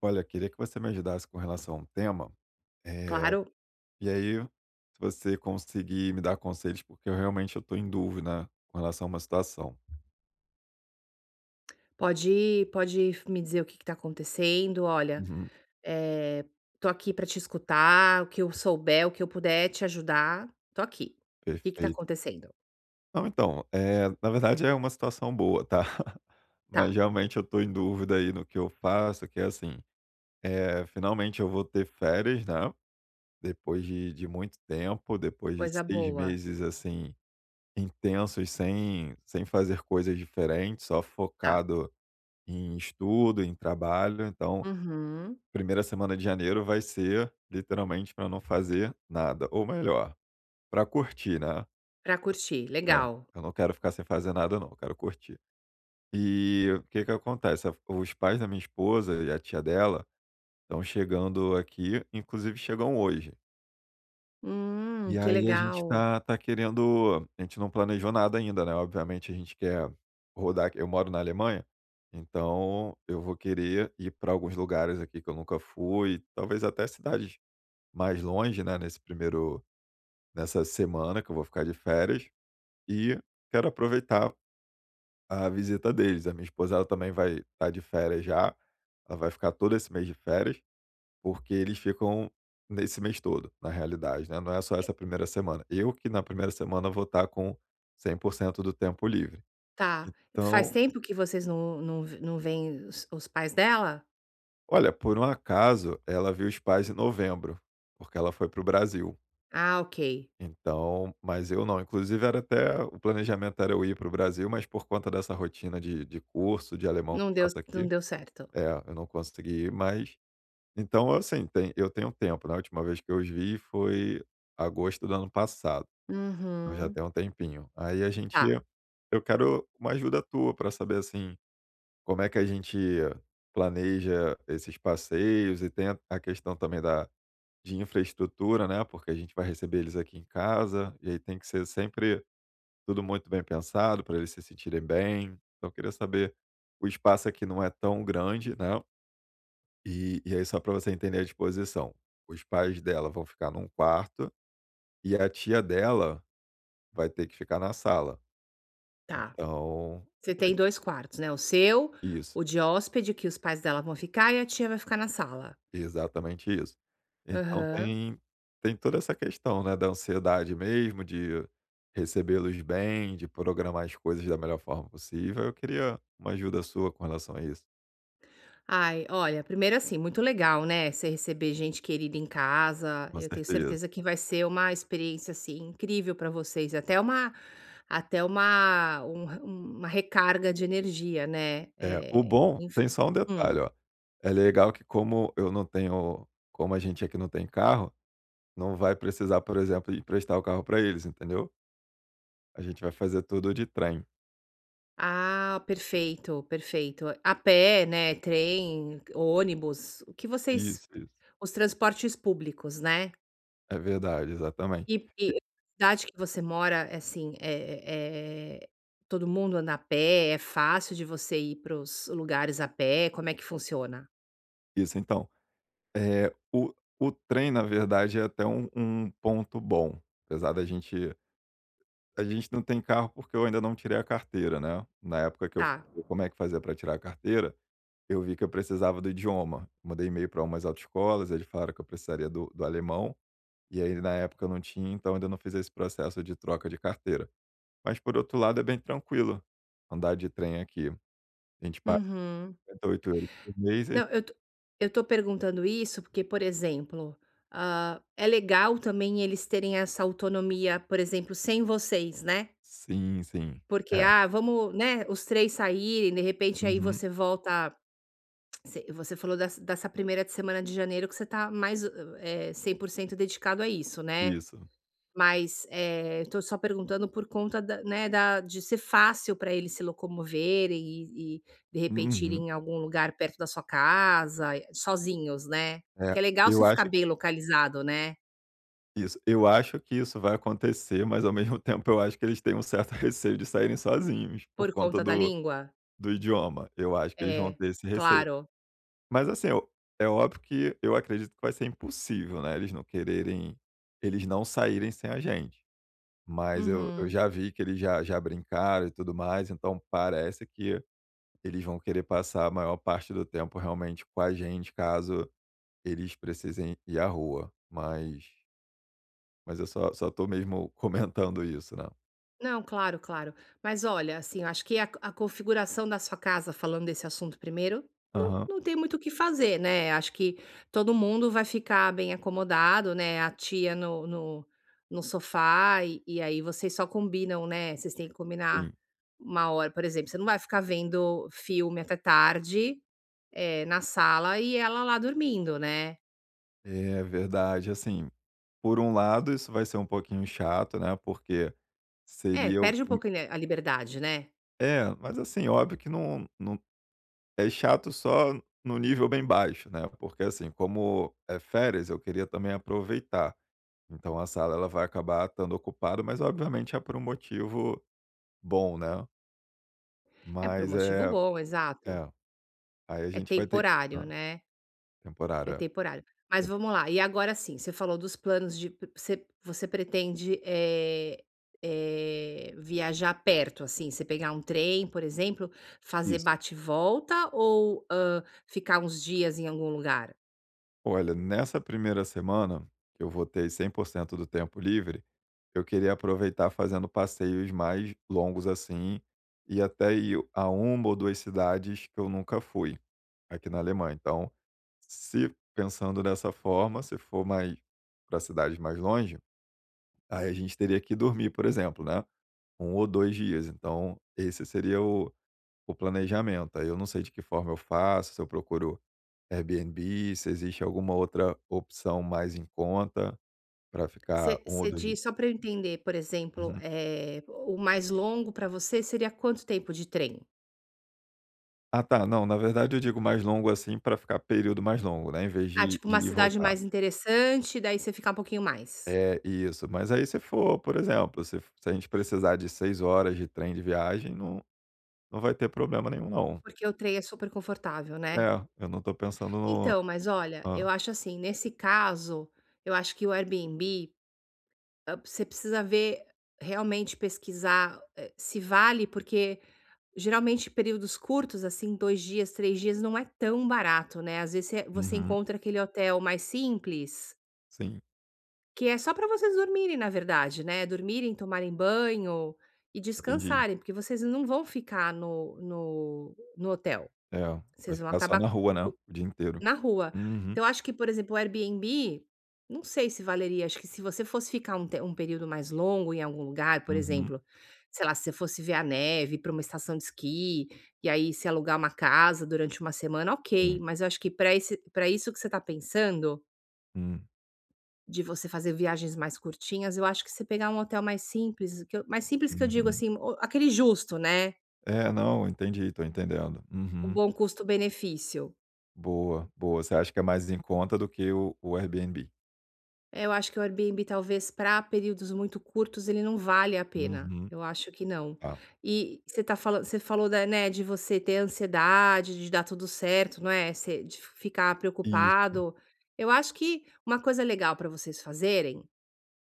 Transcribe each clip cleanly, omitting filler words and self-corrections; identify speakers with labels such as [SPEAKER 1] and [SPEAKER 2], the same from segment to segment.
[SPEAKER 1] Olha, queria que você me ajudasse com relação a um tema, eh,
[SPEAKER 2] Claro,
[SPEAKER 1] e aí se você conseguir me dar conselhos, porque eu realmente eu estou em dúvida com relação a uma situação.
[SPEAKER 2] pode me dizer o que está acontecendo. "Olha,
[SPEAKER 1] Uhum,
[SPEAKER 2] eh, tô aqui para te escutar, o que eu souber, o que eu puder te ajudar, tô aqui. O que está
[SPEAKER 1] perfeito.
[SPEAKER 2] acontecendo?".
[SPEAKER 1] Não, então, na verdade é uma situação boa, tá.
[SPEAKER 2] "Tá,
[SPEAKER 1] Mas realmente eu estou em dúvida aí no que eu faço, que é assim, finalmente eu vou ter férias, né, depois de muito tempo, depois de
[SPEAKER 2] coisa
[SPEAKER 1] 6
[SPEAKER 2] boa".
[SPEAKER 1] meses, assim, intensos sem fazer coisas diferentes, só
[SPEAKER 2] "Tá".
[SPEAKER 1] focado em estudo, em trabalho, então,
[SPEAKER 2] Uhum.
[SPEAKER 1] primeira semana de janeiro vai ser literalmente para não fazer nada, ou melhor, para curtir, né.
[SPEAKER 2] Pra curtir,
[SPEAKER 1] É,
[SPEAKER 2] legal.
[SPEAKER 1] eu não quero ficar sem fazer nada não, eu quero curtir. E o que que acontece, a os pais da minha esposa e a tia dela estão chegando aqui, inclusive chegam hoje. E
[SPEAKER 2] Que
[SPEAKER 1] aí a gente
[SPEAKER 2] legal.
[SPEAKER 1] tá querendo, a gente não planejou nada ainda, né, obviamente a gente quer rodar. Eu moro na Alemanha, então eu vou querer ir para alguns lugares aqui que eu nunca fui, talvez até cidades mais longe, né, nesse primeiro nessa semana que eu vou ficar de férias, e quero aproveitar a visita deles. A minha esposa, ela também vai estar de férias já, ela vai ficar todo esse mês de férias. Porque eles ficam nesse mês todo, na realidade, né, não é só essa primeira semana. Eu que na primeira semana vou estar com 100% do tempo livre.
[SPEAKER 2] Tá. Faz
[SPEAKER 1] Então,
[SPEAKER 2] tempo que vocês não veem os pais dela?
[SPEAKER 1] olha, por um acaso, ela viu os pais em novembro, porque ela foi para o Brasil.
[SPEAKER 2] Ah, ok.
[SPEAKER 1] Então mas eu não. Inclusive era até o planejamento era eu ir para o Brasil, mas por conta dessa rotina de curso de alemão que eu faço
[SPEAKER 2] Não
[SPEAKER 1] aqui
[SPEAKER 2] deu certo.
[SPEAKER 1] é, eu não consegui ir, mas então, assim, tem eu tenho tempo, né, a última vez que eu os vi foi agosto do ano passado. Então já
[SPEAKER 2] Uhum.
[SPEAKER 1] tem um tempinho. Aí a gente
[SPEAKER 2] Tá,
[SPEAKER 1] Eu quero uma ajuda tua para saber, assim, como é que a gente planeja esses passeios e tem a questão também da de infraestrutura, né, porque a gente vai receber eles aqui em casa, e aí tem que ser sempre tudo muito bem pensado para eles se sentirem bem. Então eu queria saber o espaço aqui não é tão grande, né, e aí só para você entender a disposição, os pais dela vão ficar num quarto e a tia dela vai ter que ficar na sala.
[SPEAKER 2] tá.
[SPEAKER 1] Então
[SPEAKER 2] Você tem
[SPEAKER 1] tem
[SPEAKER 2] 2 quartos, né, o seu,
[SPEAKER 1] isso,
[SPEAKER 2] o de hóspede que os pais dela vão ficar e a tia vai ficar na sala.
[SPEAKER 1] exatamente isso. Então
[SPEAKER 2] Aham.
[SPEAKER 1] tem toda essa questão, né, da ansiedade mesmo, de recebê-los bem, de programar as coisas da melhor forma possível. Eu queria uma ajuda sua com relação a isso.
[SPEAKER 2] Ai, olha, primeiro assim, muito legal, né, você receber gente querida em casa,
[SPEAKER 1] Com
[SPEAKER 2] eu tenho
[SPEAKER 1] certeza.
[SPEAKER 2] certeza que vai ser uma experiência, assim, incrível para vocês, até uma um re uma recarga de energia, né,
[SPEAKER 1] É, o bom
[SPEAKER 2] enfim.
[SPEAKER 1] tem só um
[SPEAKER 2] Hum.
[SPEAKER 1] detalhe, ó, é legal que como a gente aqui não tem carro, não vai precisar, por exemplo, emprestar o carro para eles, entendeu. A gente vai fazer tudo de trem.
[SPEAKER 2] Ah, perfeito, perfeito. A pé, né, trem, ônibus, o que vocês
[SPEAKER 1] Isso, isso.
[SPEAKER 2] os transportes públicos, né.
[SPEAKER 1] É verdade, exatamente.
[SPEAKER 2] E a cidade que você mora, é assim, é é todo mundo anda a pé? É fácil de você ir para os lugares a pé? Como é que funciona?
[SPEAKER 1] E isso, então é, o trem, na verdade, é até um ponto bom, apesar da gente a gente não tem carro, porque eu ainda não tirei a carteira, né. Na época que eu fui
[SPEAKER 2] Tá.
[SPEAKER 1] ver como é que fazia para tirar a carteira, eu vi que eu precisava do idioma. Mandei e-mail para umas autoescolas, eles falaram que eu precisaria do alemão, e aí na época eu não tinha, então ainda não fiz esse processo de troca de carteira. Mas por outro lado é bem tranquilo andar de trem aqui. A gente paga
[SPEAKER 2] Uhum.
[SPEAKER 1] € 58 por mês e
[SPEAKER 2] Não, eu tô perguntando isso porque, por exemplo, ah, é legal também eles terem essa autonomia, por exemplo, sem vocês, né.
[SPEAKER 1] sim, sim.
[SPEAKER 2] Porque,
[SPEAKER 1] É.
[SPEAKER 2] ah, vamos, né, os 3 saírem, de repente aí
[SPEAKER 1] Uhum.
[SPEAKER 2] você volta você falou dessa dessa primeira semana de janeiro que você tá mais, 100% dedicado a isso, né.
[SPEAKER 1] Isso.
[SPEAKER 2] Mas, tô só perguntando por conta da né, da de ser fácil para eles se locomoverem e, de repente,
[SPEAKER 1] Uhum.
[SPEAKER 2] irem em algum lugar perto da sua casa, sozinhos, né. Porque
[SPEAKER 1] É,
[SPEAKER 2] é legal você ficar bem localizado, né,
[SPEAKER 1] eu acho que isso vai acontecer, mas ao mesmo tempo eu acho que eles têm um certo receio de saírem sozinhos,
[SPEAKER 2] por
[SPEAKER 1] por conta
[SPEAKER 2] conta da
[SPEAKER 1] do
[SPEAKER 2] língua.
[SPEAKER 1] do idioma. Eu acho que eles vão
[SPEAKER 2] É,
[SPEAKER 1] ter esse receio.
[SPEAKER 2] claro.
[SPEAKER 1] Mas assim, eu é óbvio que eu acredito que vai ser impossível, né, eles não saírem sem a gente. Mas eu
[SPEAKER 2] Uhum.
[SPEAKER 1] já vi que eles já brincaram e tudo mais, então parece que eles vão querer passar a maior parte do tempo realmente com a gente, caso eles precisem ir à rua, mas eu só tô mesmo comentando isso, né.
[SPEAKER 2] Não, claro, claro. Mas olha, assim, eu acho que a configuração da sua casa, falando desse assunto primeiro, não,
[SPEAKER 1] Aham,
[SPEAKER 2] não tem muito o que fazer, né? Acho que todo mundo vai ficar bem acomodado, né? A tia no, no, no sofá, e aí vocês só combinam, né? Vocês têm que combinar
[SPEAKER 1] sim.
[SPEAKER 2] uma hora, por exemplo. Você não vai ficar vendo filme até tarde, na sala e ela lá dormindo, né?
[SPEAKER 1] É verdade, assim, por um lado isso vai ser um pouquinho chato, né, porque
[SPEAKER 2] É,
[SPEAKER 1] seria
[SPEAKER 2] perde um
[SPEAKER 1] o
[SPEAKER 2] pouco a liberdade, né?
[SPEAKER 1] é, mas assim, óbvio que não é chato só no nível bem baixo, né, porque assim, como é férias, eu queria também aproveitar. Então a sala ela vai acabar estando ocupada, mas obviamente é por um motivo bom, né.
[SPEAKER 2] É por um
[SPEAKER 1] Mas
[SPEAKER 2] motivo
[SPEAKER 1] é
[SPEAKER 2] bom, exato.
[SPEAKER 1] é, aí a
[SPEAKER 2] É
[SPEAKER 1] gente vai ter hã,
[SPEAKER 2] temporário, né? É
[SPEAKER 1] temporário, é.
[SPEAKER 2] temporário. Mas
[SPEAKER 1] Tempo
[SPEAKER 2] vamos lá, e agora sim, você falou dos planos de você pretende, viajar perto, assim, você pegar um trem, por exemplo, fazer
[SPEAKER 1] isso.
[SPEAKER 2] bate volta ou, hã, ficar uns dias em algum lugar?
[SPEAKER 1] Olha, nessa primeira semana, que eu vou ter 100% do tempo livre, eu queria aproveitar fazendo passeios mais longos assim, e até ir a uma ou duas cidades que eu nunca fui aqui na Alemanha. Então, se pensando dessa forma, se for mais para cidades mais longe, aí a gente teria que dormir, por exemplo, né? 1 ou 2 dias. Então, esse seria o planejamento. Aí eu não sei de que forma eu faço, se eu procuro Airbnb, se existe alguma outra opção mais em conta para ficar
[SPEAKER 2] Você
[SPEAKER 1] um ou dois? dias.
[SPEAKER 2] diz só para eu entender, por exemplo,
[SPEAKER 1] Uhum.
[SPEAKER 2] o mais longo para você seria quanto tempo de trem?
[SPEAKER 1] Ah, tá, não, na verdade eu digo mais longo, assim, para ficar período mais longo, né, em vez
[SPEAKER 2] Ah,
[SPEAKER 1] de
[SPEAKER 2] tipo
[SPEAKER 1] de
[SPEAKER 2] uma
[SPEAKER 1] ir e
[SPEAKER 2] cidade
[SPEAKER 1] voltar.
[SPEAKER 2] mais interessante, daí você ficar um pouquinho mais.
[SPEAKER 1] É, isso, mas aí se for, por exemplo, se a gente precisar de 6 horas de trem de viagem, não vai ter problema nenhum não.
[SPEAKER 2] Porque o trem é super confortável, né?
[SPEAKER 1] É, eu não tô pensando no
[SPEAKER 2] Então, mas olha,
[SPEAKER 1] hã,
[SPEAKER 2] eu acho assim, nesse caso, eu acho que o Airbnb, ah, você precisa ver, realmente pesquisar, se vale, porque geralmente períodos curtos, assim, 2 dias, 3 dias, não é tão barato, né. Às vezes você
[SPEAKER 1] uhum,
[SPEAKER 2] encontra aquele hotel mais simples,
[SPEAKER 1] sim,
[SPEAKER 2] que é só para vocês dormirem, na verdade, né, dormirem, tomarem banho e
[SPEAKER 1] entendi.
[SPEAKER 2] descansarem, porque vocês não vão ficar no hotel,
[SPEAKER 1] É, vai
[SPEAKER 2] vocês vão
[SPEAKER 1] ficar só na
[SPEAKER 2] acabar
[SPEAKER 1] rua, né, o dia inteiro.
[SPEAKER 2] na rua.
[SPEAKER 1] Uhum,
[SPEAKER 2] Então eu acho que, por exemplo, o Airbnb, não sei se valeria, acho que se você fosse ficar um te um período mais longo em algum lugar, por
[SPEAKER 1] uhum,
[SPEAKER 2] exemplo, sei lá, se você fosse ver a neve, para uma estação de esqui, e aí se alugar uma casa durante uma semana, ok,
[SPEAKER 1] sim.
[SPEAKER 2] mas eu acho que para isso que você está pensando,
[SPEAKER 1] Hum,
[SPEAKER 2] de você fazer viagens mais curtinhas, eu acho que você pegar um hotel mais simples, que eu digo,
[SPEAKER 1] uhum.
[SPEAKER 2] assim, o aquele justo, né,
[SPEAKER 1] É, não, entendi, tô entendendo.
[SPEAKER 2] o
[SPEAKER 1] Uhum.
[SPEAKER 2] bom custo-benefício.
[SPEAKER 1] Boa, boa. Você acha que é mais em conta do que o Airbnb?
[SPEAKER 2] É, eu acho que o Airbnb talvez para períodos muito curtos ele não vale a pena.
[SPEAKER 1] Uhum.
[SPEAKER 2] Eu acho que não.
[SPEAKER 1] Tá.
[SPEAKER 2] E você tá falando, você falou da né, de você ter ansiedade, de dar tudo certo, não é, você de ficar
[SPEAKER 1] Isso.
[SPEAKER 2] preocupado. Eu acho que uma coisa legal para vocês fazerem,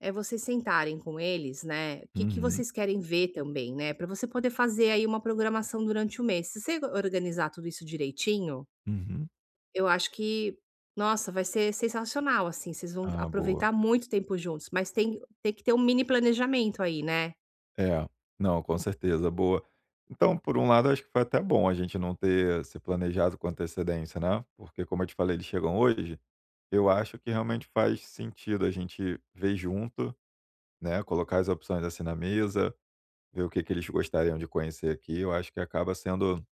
[SPEAKER 2] é vocês sentarem com eles, né, o que que
[SPEAKER 1] Uhum,
[SPEAKER 2] vocês querem ver também, né, para você poder fazer aí uma programação durante o mês. Se você organizar tudo isso direitinho
[SPEAKER 1] uhum.
[SPEAKER 2] eu acho que, nossa, vai ser sensacional, assim, vocês vão
[SPEAKER 1] Ah, boa.
[SPEAKER 2] aproveitar muito tempo juntos, mas tem que ter um mini planejamento aí, né.
[SPEAKER 1] É. Não, com certeza, boa. Então, por um lado, acho que foi até bom a gente não ter se planejado com antecedência, né, porque como eu te falei, eles chegam hoje, eu acho que realmente faz sentido a gente ver junto, né, colocar as opções, assim, na mesa, ver o que que eles gostariam de conhecer aqui, eu acho que acaba sendo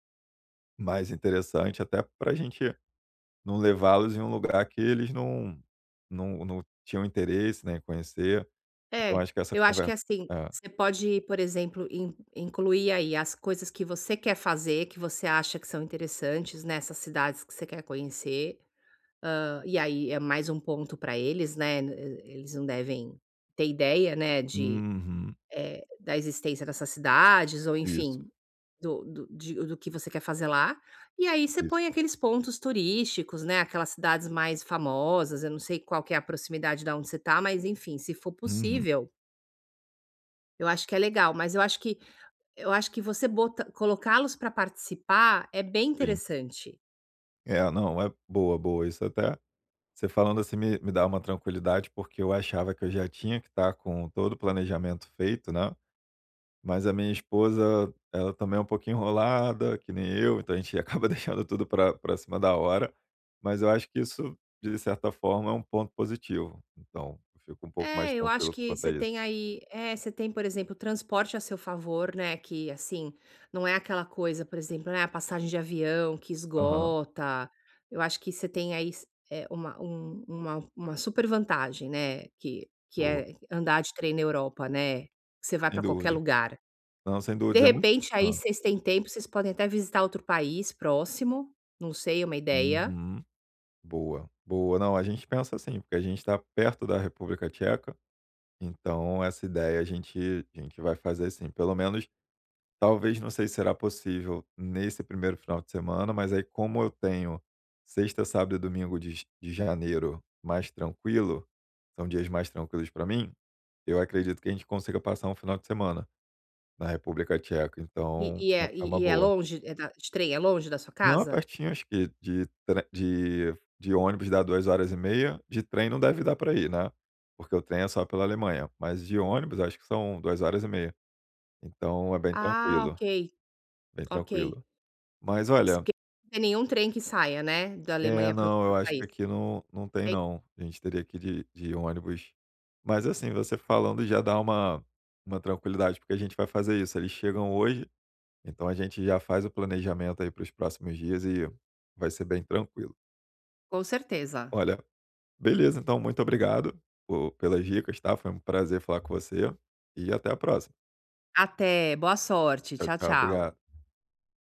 [SPEAKER 1] mais interessante, até para a gente não levá-los em um lugar que eles não tinham interesse, né, em conhecer. Então
[SPEAKER 2] É.
[SPEAKER 1] acho que essa
[SPEAKER 2] Eu acho que,
[SPEAKER 1] conversa
[SPEAKER 2] assim,
[SPEAKER 1] é.
[SPEAKER 2] você pode, por exemplo, in incluir aí as coisas que você quer fazer, que você acha que são interessantes nessas cidades que você quer conhecer, hã, e aí é mais um ponto para eles, né, eles não devem ter ideia, né, de
[SPEAKER 1] Uhum.
[SPEAKER 2] da existência dessas cidades ou
[SPEAKER 1] Isso,
[SPEAKER 2] enfim, do que você quer fazer lá, e aí você
[SPEAKER 1] isso.
[SPEAKER 2] põe aqueles pontos turísticos, né, aquelas cidades mais famosas, eu não sei qual que é a proximidade da onde você tá, mas enfim, se for
[SPEAKER 1] Uhum,
[SPEAKER 2] possível, eu acho que é legal, mas eu acho que você bota colocá-los para participar é bem
[SPEAKER 1] sim.
[SPEAKER 2] interessante.
[SPEAKER 1] É, não, é boa, boa. Isso até você falando assim me dá uma tranquilidade, porque eu achava que eu já tinha que estar com todo o planejamento feito, né. Mas a minha esposa, ela também é um pouquinho enrolada, que nem eu, então a gente acaba deixando tudo para cima da hora, mas eu acho que isso, de certa forma, é um ponto positivo. Então, eu fico um pouco
[SPEAKER 2] É,
[SPEAKER 1] mais
[SPEAKER 2] eu acho
[SPEAKER 1] tranquilo
[SPEAKER 2] que
[SPEAKER 1] quanto a
[SPEAKER 2] você
[SPEAKER 1] isso.
[SPEAKER 2] tem você tem, por exemplo, transporte a seu favor, né, que, assim, não é aquela coisa, por exemplo, né, a passagem de avião que
[SPEAKER 1] Aham,
[SPEAKER 2] esgota. Eu acho que você tem aí s eh, uma um uma super vantagem, né, que
[SPEAKER 1] boa,
[SPEAKER 2] é andar de trem na Europa, né, você vai
[SPEAKER 1] sem
[SPEAKER 2] para qualquer
[SPEAKER 1] dúvidas.
[SPEAKER 2] lugar.
[SPEAKER 1] Não, sem
[SPEAKER 2] De
[SPEAKER 1] dúvidas, é muito
[SPEAKER 2] repente, aí
[SPEAKER 1] hã.
[SPEAKER 2] vocês têm tempo, vocês podem até visitar outro país próximo, não sei, uma ideia.
[SPEAKER 1] Uhum, boa, boa. Não, a gente pensa assim, porque a gente está perto da República Tcheca, então essa ideia a gente vai fazer assim pelo menos talvez, não sei se será possível nesse primeiro final de semana, mas aí como eu tenho sexta, sábado e domingo de janeiro mais tranquilo, são dias mais tranquilos para mim, eu acredito que a gente consiga passar um final de semana na República Tcheca,
[SPEAKER 2] E
[SPEAKER 1] então é uma
[SPEAKER 2] e é
[SPEAKER 1] boa.
[SPEAKER 2] longe? É da de trem, é longe da sua
[SPEAKER 1] Não, é
[SPEAKER 2] casa?
[SPEAKER 1] pertinho, acho que de tre de ônibus dá 2 horas e meia, de trem não deve dar para ir, né, porque o trem é só pela Alemanha, mas de ônibus acho que são 2 horas e meia, então é bem
[SPEAKER 2] Ah,
[SPEAKER 1] tranquilo,
[SPEAKER 2] ok.
[SPEAKER 1] bem
[SPEAKER 2] Ok.
[SPEAKER 1] tranquilo. Mas
[SPEAKER 2] Se
[SPEAKER 1] olha
[SPEAKER 2] porque não tem nenhum trem que saia, né, da
[SPEAKER 1] é,
[SPEAKER 2] Alemanha para
[SPEAKER 1] não,
[SPEAKER 2] outro
[SPEAKER 1] eu acho que
[SPEAKER 2] país.
[SPEAKER 1] aqui não tem
[SPEAKER 2] Tem,
[SPEAKER 1] não. A gente teria que ir de ônibus. Mas, assim, você falando já dá uma tranquilidade, porque a gente vai fazer isso, eles chegam hoje, então a gente já faz o planejamento aí para os próximos dias e vai ser bem tranquilo.
[SPEAKER 2] com certeza.
[SPEAKER 1] Olha, beleza, então muito obrigado po pelas dicas, tá. Foi um prazer falar com você e até a próxima.
[SPEAKER 2] Até, boa sorte.
[SPEAKER 1] Tchau,
[SPEAKER 2] Tchau,
[SPEAKER 1] tchau,
[SPEAKER 2] tchau.
[SPEAKER 1] obrigado.